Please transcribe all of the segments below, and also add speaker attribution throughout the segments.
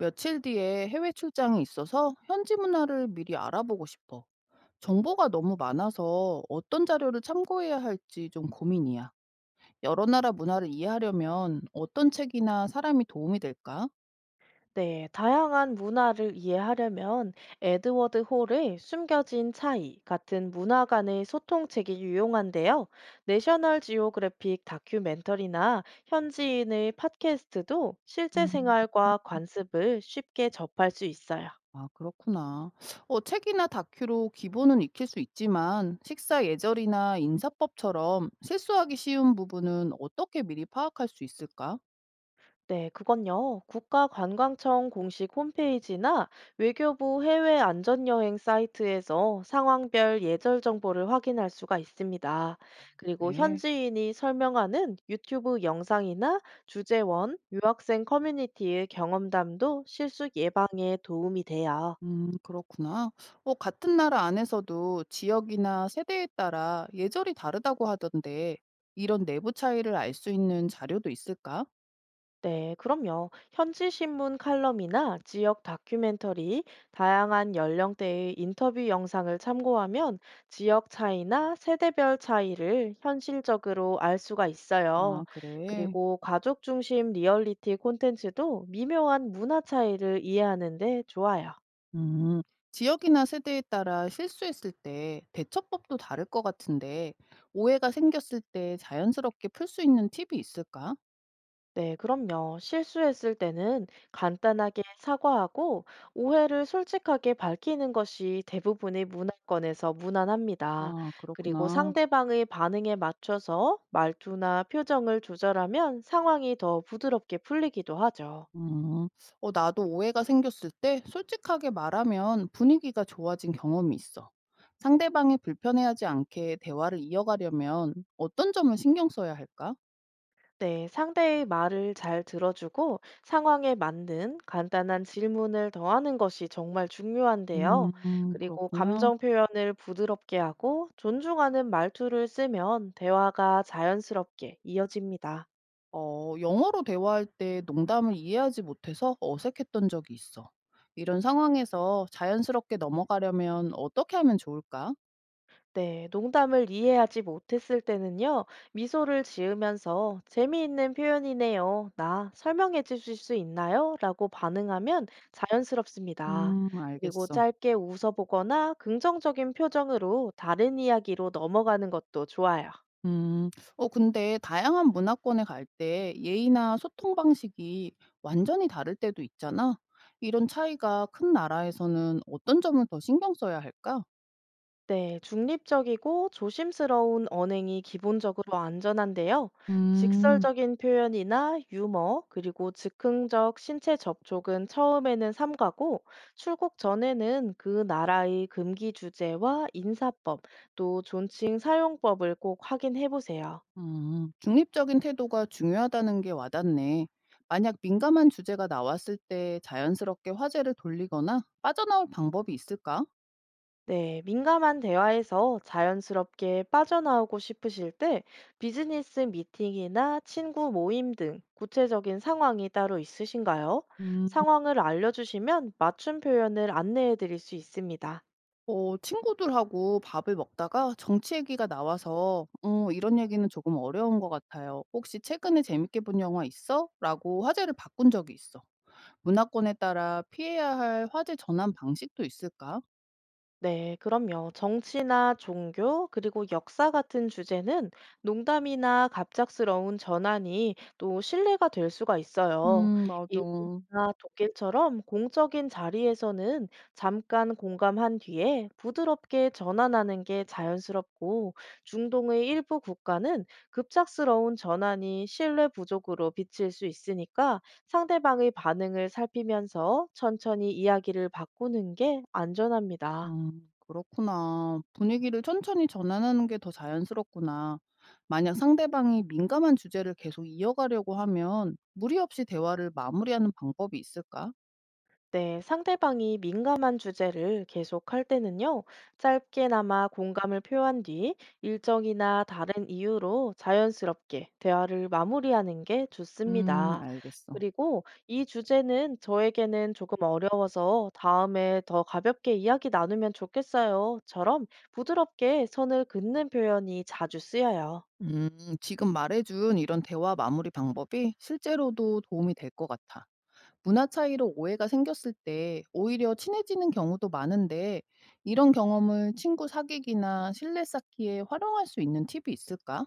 Speaker 1: 며칠 뒤에 해외 출장이 있어서 현지 문화를 미리 알아보고 싶어. 정보가 너무 많아서 어떤 자료를 참고해야 할지 좀 고민이야. 여러 나라 문화를 이해하려면 어떤 책이나 사람이 도움이 될까?
Speaker 2: 네, 다양한 문화를 이해하려면 에드워드 홀의 숨겨진 차이 같은 문화 간의 소통책이 유용한데요. 내셔널 지오그래픽 다큐멘터리나 현지인의 팟캐스트도 실제
Speaker 1: 음,
Speaker 2: 생활과 관습을 쉽게 접할 수 있어요.
Speaker 1: 아, 그렇구나. 책이나 다큐로 기본은 익힐 수 있지만 식사 예절이나 인사법처럼 실수하기 쉬운 부분은 어떻게 미리 파악할 수 있을까?
Speaker 2: 네, 그건요. 국가관광청 공식 홈페이지나 외교부 해외 안전여행 사이트에서 상황별 예절 정보를 확인할 수가 있습니다. 그리고
Speaker 1: 그래.
Speaker 2: 현지인이 설명하는 유튜브 영상이나 주재원, 유학생 커뮤니티의 경험담도 실수 예방에 도움이 돼요.
Speaker 1: 그렇구나. 같은 나라 안에서도 지역이나 세대에 따라 예절이 다르다고 하던데, 이런 내부 차이를 알 수 있는 자료도 있을까?
Speaker 2: 네, 그럼요. 현지 신문 칼럼이나 지역 다큐멘터리, 다양한 연령대의 인터뷰 영상을 참고하면 지역 차이나 세대별 차이를 현실적으로 알 수가 있어요.
Speaker 1: 아, 그래.
Speaker 2: 그리고 가족 중심 리얼리티 콘텐츠도 미묘한 문화 차이를 이해하는 데 좋아요.
Speaker 1: 음, 지역이나 세대에 따라 실수했을 때 대처법도 다를 것 같은데, 오해가 생겼을 때 자연스럽게 풀 수 있는 팁이 있을까?
Speaker 2: 네, 그럼요. 실수했을 때는 간단하게 사과하고 오해를 솔직하게 밝히는 것이 대부분의 문화권에서 무난합니다.
Speaker 1: 아,
Speaker 2: 그리고
Speaker 1: 그렇구나.
Speaker 2: 상대방의 반응에 맞춰서 말투나 표정을 조절하면 상황이 더 부드럽게 풀리기도 하죠.
Speaker 1: 음, 나도 오해가 생겼을 때 솔직하게 말하면 분위기가 좋아진 경험이 있어. 상대방이 불편해하지 않게 대화를 이어가려면 어떤 점을 신경 써야 할까?
Speaker 2: 네, 상대의 말을 잘 들어주고 상황에 맞는 간단한 질문을 더하는 것이 정말 중요한데요. 그리고
Speaker 1: 그렇구나.
Speaker 2: 감정 표현을 부드럽게 하고 존중하는 말투를 쓰면 대화가 자연스럽게 이어집니다.
Speaker 1: 영어로 대화할 때 농담을 이해하지 못해서 어색했던 적이 있어. 이런 상황에서 자연스럽게 넘어가려면 어떻게 하면 좋을까?
Speaker 2: 네, 농담을 이해하지 못했을 때는요, 미소를 지으면서 재미있는 표현이네요. 나 설명해 주실 수 있나요? 라고 반응하면 자연스럽습니다. 그리고
Speaker 1: 알겠어.
Speaker 2: 짧게 웃어보거나 긍정적인 표정으로 다른 이야기로 넘어가는 것도 좋아요.
Speaker 1: 음. 근데 다양한 문화권에 갈 때 예의나 소통 방식이 완전히 다를 때도 있잖아. 이런 차이가 큰 나라에서는 어떤 점을 더 신경 써야 할까?
Speaker 2: 네, 중립적이고 조심스러운 언행이 기본적으로 안전한데요.
Speaker 1: 음,
Speaker 2: 직설적인 표현이나 유머, 그리고 즉흥적 신체 접촉은 처음에는 삼가고, 출국 전에는 그 나라의 금기 주제와 인사법, 또 존칭 사용법을 꼭 확인해 보세요.
Speaker 1: 중립적인 태도가 중요하다는 게 와닿네. 만약 민감한 주제가 나왔을 때 자연스럽게 화제를 돌리거나 빠져나올 방법이 있을까?
Speaker 2: 네, 민감한 대화에서 자연스럽게 빠져나오고 싶으실 때 비즈니스 미팅이나 친구 모임 등 구체적인 상황이 따로 있으신가요?
Speaker 1: 음.
Speaker 2: 상황을 알려주시면 맞춤 표현을 안내해 드릴 수 있습니다.
Speaker 1: 친구들하고 밥을 먹다가 정치 얘기가 나와서, 이런 얘기는 조금 어려운 것 같아요. 혹시 최근에 재밌게 본 영화 있어? 라고 화제를 바꾼 적이 있어. 문화권에 따라 피해야 할 화제 전환 방식도 있을까?
Speaker 2: 네, 그럼요. 정치나 종교, 그리고 역사 같은 주제는 농담이나 갑작스러운 전환이 또 신뢰가 될 수가 있어요.
Speaker 1: 맞아.
Speaker 2: 일본이나 독일처럼 공적인 자리에서는 잠깐 공감한 뒤에 부드럽게 전환하는 게 자연스럽고, 중동의 일부 국가는 급작스러운 전환이 신뢰 부족으로 비칠 수 있으니까 상대방의 반응을 살피면서 천천히 이야기를 바꾸는 게 안전합니다.
Speaker 1: 그렇구나. 분위기를 천천히 전환하는 게 더 자연스럽구나. 만약 상대방이 민감한 주제를 계속 이어가려고 하면 무리 없이 대화를 마무리하는 방법이 있을까?
Speaker 2: 네, 상대방이 민감한 주제를 계속 할 때는요, 짧게나마 공감을 표한 뒤 일정이나 다른 이유로 자연스럽게 대화를 마무리하는 게 좋습니다.
Speaker 1: 알겠어.
Speaker 2: 그리고 이 주제는 저에게는 조금 어려워서 다음에 더 가볍게 이야기 나누면 좋겠어요.처럼 부드럽게 선을 긋는 표현이 자주 쓰여요.
Speaker 1: 음, 지금 말해준 이런 대화 마무리 방법이 실제로도 도움이 될 것 같아. 문화 차이로 오해가 생겼을 때 오히려 친해지는 경우도 많은데 이런 경험을 친구 사귀기나 신뢰 쌓기에 활용할 수 있는 팁이 있을까?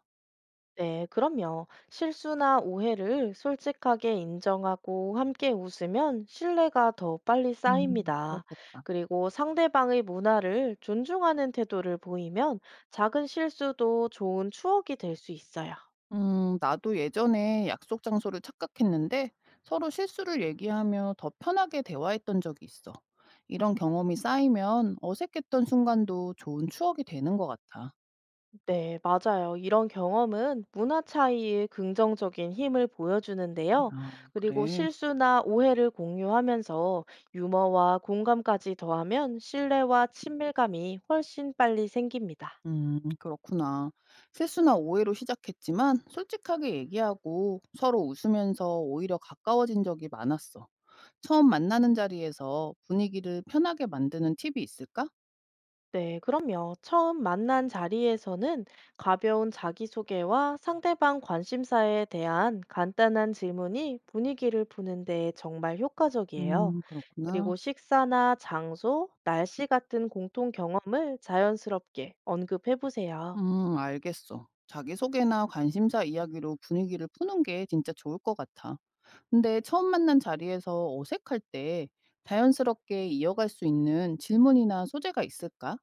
Speaker 2: 네, 그럼요. 실수나 오해를 솔직하게 인정하고 함께 웃으면 신뢰가 더 빨리 쌓입니다.
Speaker 1: 그렇겠다.
Speaker 2: 그리고 상대방의 문화를 존중하는 태도를 보이면 작은 실수도 좋은 추억이 될 수 있어요.
Speaker 1: 나도 예전에 약속 장소를 착각했는데 서로 실수를 얘기하며 더 편하게 대화했던 적이 있어. 이런 경험이 쌓이면 어색했던 순간도 좋은 추억이 되는 것 같아.
Speaker 2: 네, 맞아요. 이런 경험은 문화 차이의 긍정적인 힘을 보여주는데요.
Speaker 1: 아,
Speaker 2: 그리고
Speaker 1: 그래.
Speaker 2: 실수나 오해를 공유하면서 유머와 공감까지 더하면 신뢰와 친밀감이 훨씬 빨리 생깁니다.
Speaker 1: 그렇구나. 실수나 오해로 시작했지만 솔직하게 얘기하고 서로 웃으면서 오히려 가까워진 적이 많았어. 처음 만나는 자리에서 분위기를 편하게 만드는 팁이 있을까?
Speaker 2: 네, 그럼요. 처음 만난 자리에서는 가벼운 자기소개와 상대방 관심사에 대한 간단한 질문이 분위기를 푸는 데 정말 효과적이에요.
Speaker 1: 그렇구나.
Speaker 2: 그리고 식사나 장소, 날씨 같은 공통 경험을 자연스럽게 언급해 보세요.
Speaker 1: 알겠어. 자기소개나 관심사 이야기로 분위기를 푸는 게 진짜 좋을 것 같아. 근데 처음 만난 자리에서 어색할 때 자연스럽게 이어갈 수 있는 질문이나 소재가 있을까?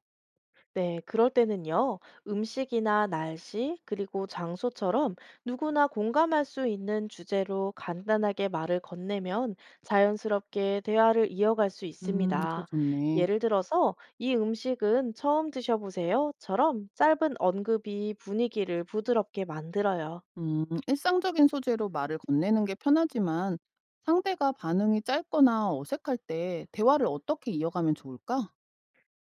Speaker 2: 네, 그럴 때는요, 음식이나 날씨, 그리고 장소처럼 누구나 공감할 수 있는 주제로 간단하게 말을 건네면 자연스럽게 대화를 이어갈 수
Speaker 1: 그거
Speaker 2: 있습니다.
Speaker 1: 좋네.
Speaker 2: 예를 들어서, 이 음식은 처음 드셔보세요.처럼 짧은 언급이 분위기를 부드럽게 만들어요.
Speaker 1: 일상적인 소재로 말을 건네는 게 편하지만 상대가 반응이 짧거나 어색할 때 대화를 어떻게 이어가면 좋을까?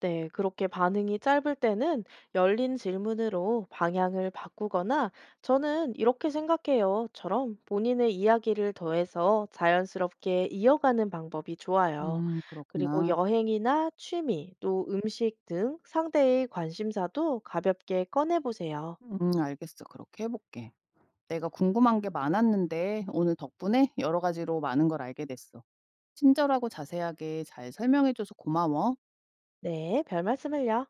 Speaker 2: 네, 그렇게 반응이 짧을 때는 열린 질문으로 방향을 바꾸거나 저는 이렇게 생각해요처럼 본인의 이야기를 더해서 자연스럽게 이어가는 방법이 좋아요. 그리고
Speaker 1: 그렇구나.
Speaker 2: 여행이나 취미, 또 음식 등 상대의 관심사도 가볍게 꺼내보세요.
Speaker 1: 알겠어. 그렇게 해볼게. 내가 궁금한 게 많았는데 오늘 덕분에 여러 가지로 많은 걸 알게 됐어. 친절하고 자세하게 잘 설명해줘서 고마워.
Speaker 2: 네, 별 말씀을요.